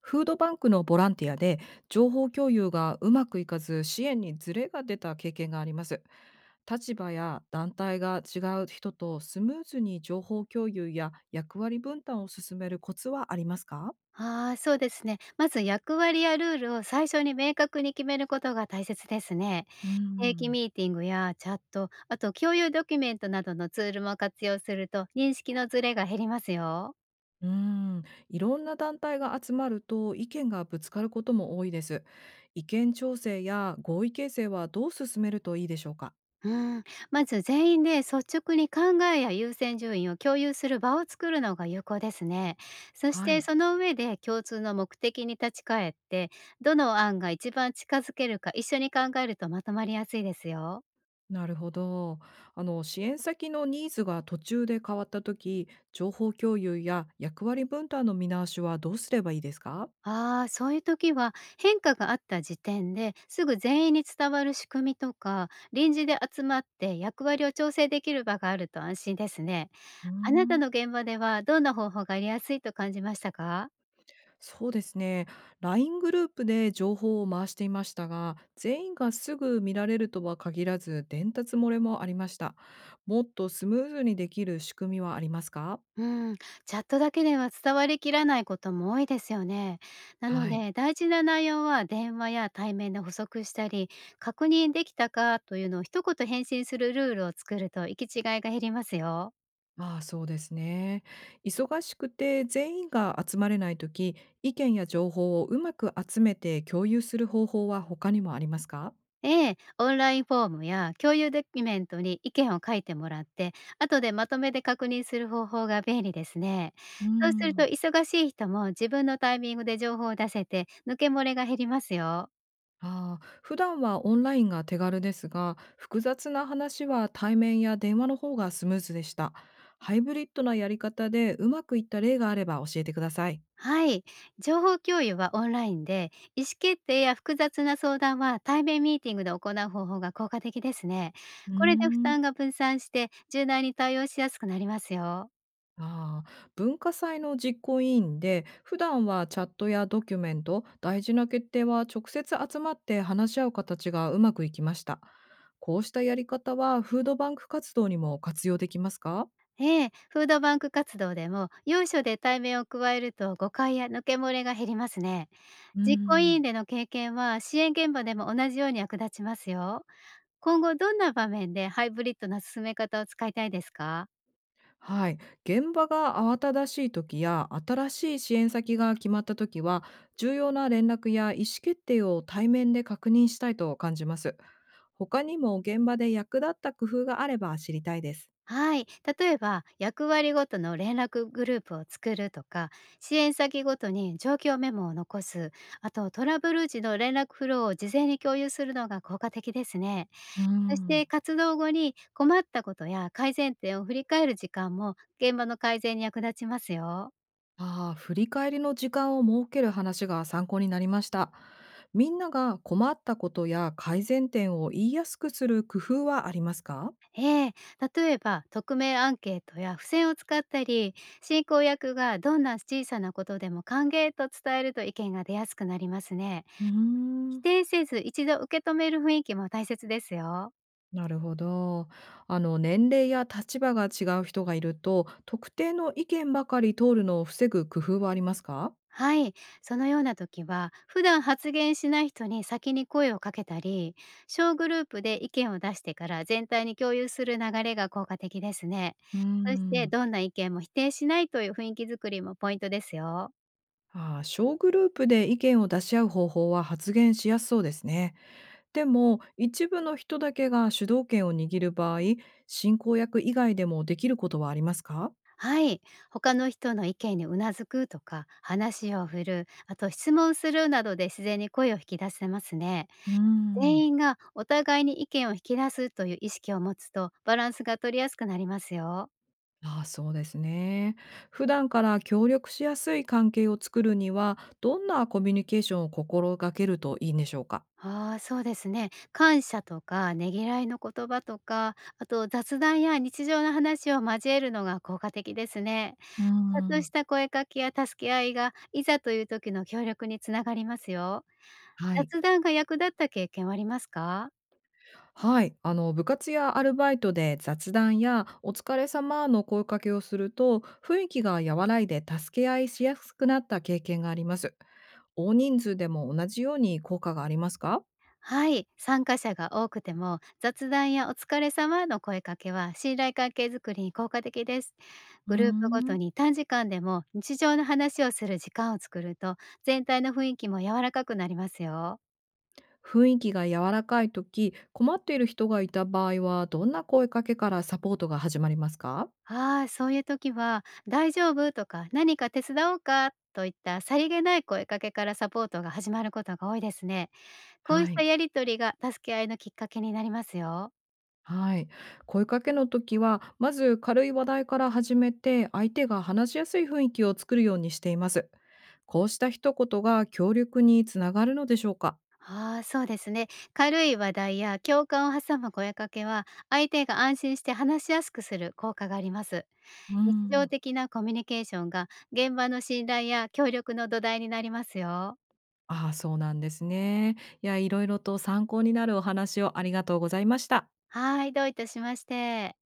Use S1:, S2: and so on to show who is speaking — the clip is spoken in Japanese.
S1: フードバンクのボランティアで情報共有がうまくいかず支援にズレが出た経験があります。立場や団体が違う人とスムーズに情報共有や役割分担を進めるコツはありますか？
S2: ああ、そうですね。まず役割やルールを最初に明確に決めることが大切ですね。
S1: うー
S2: 定期
S1: ん
S2: ミーティングやチャット、あと共有ドキュメントなどのツールも活用すると認識のズレが減りますよ。
S1: うーん、いろんな団体が集まると意見がぶつかることも多いです。意見調整や合意形成はどう進めるといいでしょうか？
S2: うん、まず全員で率直に考えや優先順位を共有する場を作るのが有効ですね。そし
S1: は
S2: て
S1: い。
S2: その上で共通の目的に立ち返って、どの案が一番近づけるか一緒に考えるとまとまりやすいですよ。
S1: なるほど。あの、支援先のニーズが途中で変わった時、情報共有や役割分担の見直しはどうすればいいですか？
S2: ああ、そういう時は、変化があった時点ですぐ全員に伝わる仕組みとか、臨時で集まって役割を調整できる場があると安心ですね。
S1: うー
S2: あなた
S1: ん。
S2: の現場では、どんな方法がありやすいと感じましたか？
S1: そうですね。ライングループで情報を回していましたが、全員がすぐ見られるとは限らず、伝達漏れもありました。もっとスムーズにできる仕組みはありますか？
S2: うん、チャットだけでは伝わりきらないことも多いですよね。なの
S1: はい。
S2: で、大事な内容は電話や対面で補足したり、確認できたかというのを一言返信するルールを作ると行き違いが減りますよ。
S1: ああ、そうですね。忙しくて全員が集まれないとき、意見や情報をうまく集めて共有する方法は他にもありますか？
S2: ええ、オンラインフォームや共有ドキュメントに意見を書いてもらって、後でまとめて確認する方法が便利ですね。
S1: う
S2: そうすると、
S1: ん。
S2: 忙しい人も自分のタイミングで情報を出せて、抜け漏れが減りますよ。
S1: ああ、普段はオンラインが手軽ですが、複雑な話は対面や電話の方がスムーズでした。ハイブリッドなやり方でうまくいった例があれば教えてください。
S2: はい。情報共有はオンラインで、意思決定や複雑な相談は対面ミーティングで行う方法が効果的ですね。
S1: うー
S2: これで負担
S1: ん。
S2: が分散して、柔軟に対応しやすくなりますよ。
S1: ああ、文化祭の実行委員で、普段はチャットやドキュメント、大事な決定は直接集まって話し合う形がうまくいきました。こうしたやり方はフードバンク活動にも活用できますか？
S2: ええ、フードバンク活動でも、要所で対面を加えると誤解や抜け漏れが減りますね。
S1: うー
S2: 実行委員
S1: ん。
S2: での経験は、支援現場でも同じように役立ちますよ。今後どんな場面でハイブリッドな進め方を使いたいですか？
S1: はい、現場が慌ただしい時や新しい支援先が決まった時は、重要な連絡や意思決定を対面で確認したいと感じます。他にも現場で役立った工夫があれば知りたいです。
S2: はい。例えば、役割ごとの連絡グループを作るとか、支援先ごとに状況メモを残す、あとトラブル時の連絡フローを事前に共有するのが効果的ですね。
S1: う
S2: そし
S1: ん。
S2: て活動後に困ったことや改善点を振り返る時間も、現場の改善に役立ちますよ。
S1: ああ、振り返りの時間を設ける話が参考になりました。みんなが困ったことや改善点を言いやすくする工夫はありますか？
S2: ええ、例えば匿名アンケートや付箋を使ったり、進行役がどんな小さなことでも歓迎と伝えると意見が出やすくなりますね。
S1: うー
S2: 否
S1: ん。
S2: 定せず一度受け止める雰囲気も大切ですよ。
S1: なるほど。あの、年齢や立場が違う人がいると、特定の意見ばかり通るのを防ぐ工夫はありますか？
S2: はい、そのような時は、普段発言しない人に先に声をかけたり、小グループで意見を出してから全体に共有する流れが効果的ですね。
S1: うー
S2: そして、
S1: ん。
S2: どんな意見も否定しないという雰囲気づくりもポイントですよ。
S1: ああ、小グループで意見を出し合う方法は発言しやすそうですね。でも、一部の人だけが主導権を握る場合、進行役以外でもできることはありますか？
S2: はい、他の人の意見にうなずくとか、話を振る、あと質問するなどで自然に声を引き出せますね。
S1: うーん。
S2: 全員がお互いに意見を引き出すという意識を持つと、バランスが取りやすくなりますよ。
S1: ああ、そうですね。普段から協力しやすい関係を作るには、どんなコミュニケーションを心がけるといいんでしょうか？
S2: ああ、そうですね。感謝とかねぎらいの言葉とか、あと雑談や日常の話を交えるのが効果的ですね。
S1: うー
S2: ちょっとし
S1: ん。
S2: た声かけや助け合いが、いざという時の協力につながりますよ。
S1: はい。
S2: 雑談が役立った経験はありますか？
S1: はい、あの、部活やアルバイトで雑談やお疲れ様の声かけをすると、雰囲気が和らいで助け合いしやすくなった経験があります。大人数でも同じように効果がありますか？
S2: はい、参加者が多くても、雑談やお疲れ様の声かけは信頼関係づくりに効果的です。
S1: うー
S2: グループごと
S1: ん。
S2: に短時間でも日常の話をする時間を作ると、全体の雰囲気も柔らかくなりますよ。
S1: 雰囲気が柔らかい時、困っている人がいた場合はどんな声かけからサポートが始まりますか？
S2: ああ、そういう時は「大丈夫？」とか「何か手伝おうか？」といったさりげない声かけからサポートが始まることが多いですね。こう
S1: は
S2: した
S1: い。
S2: やりとりが助け合いのきっかけになりますよ。
S1: はい。声かけの時は、まず軽い話題から始めて、相手が話しやすい雰囲気を作るようにしています。こうした一言が協力につながるのでしょうか？
S2: ああ、そうですね。軽い話題や共感を挟む声かけは、相手が安心して話しやすくする効果があります。
S1: う
S2: 日常
S1: ん。
S2: 的なコミュニケーションが現場の信頼や協力の土台になりますよ。
S1: ああ、そうなんですね。いや、いろいろと参考になるお話をありがとうございました。
S2: はい、どういたしまして。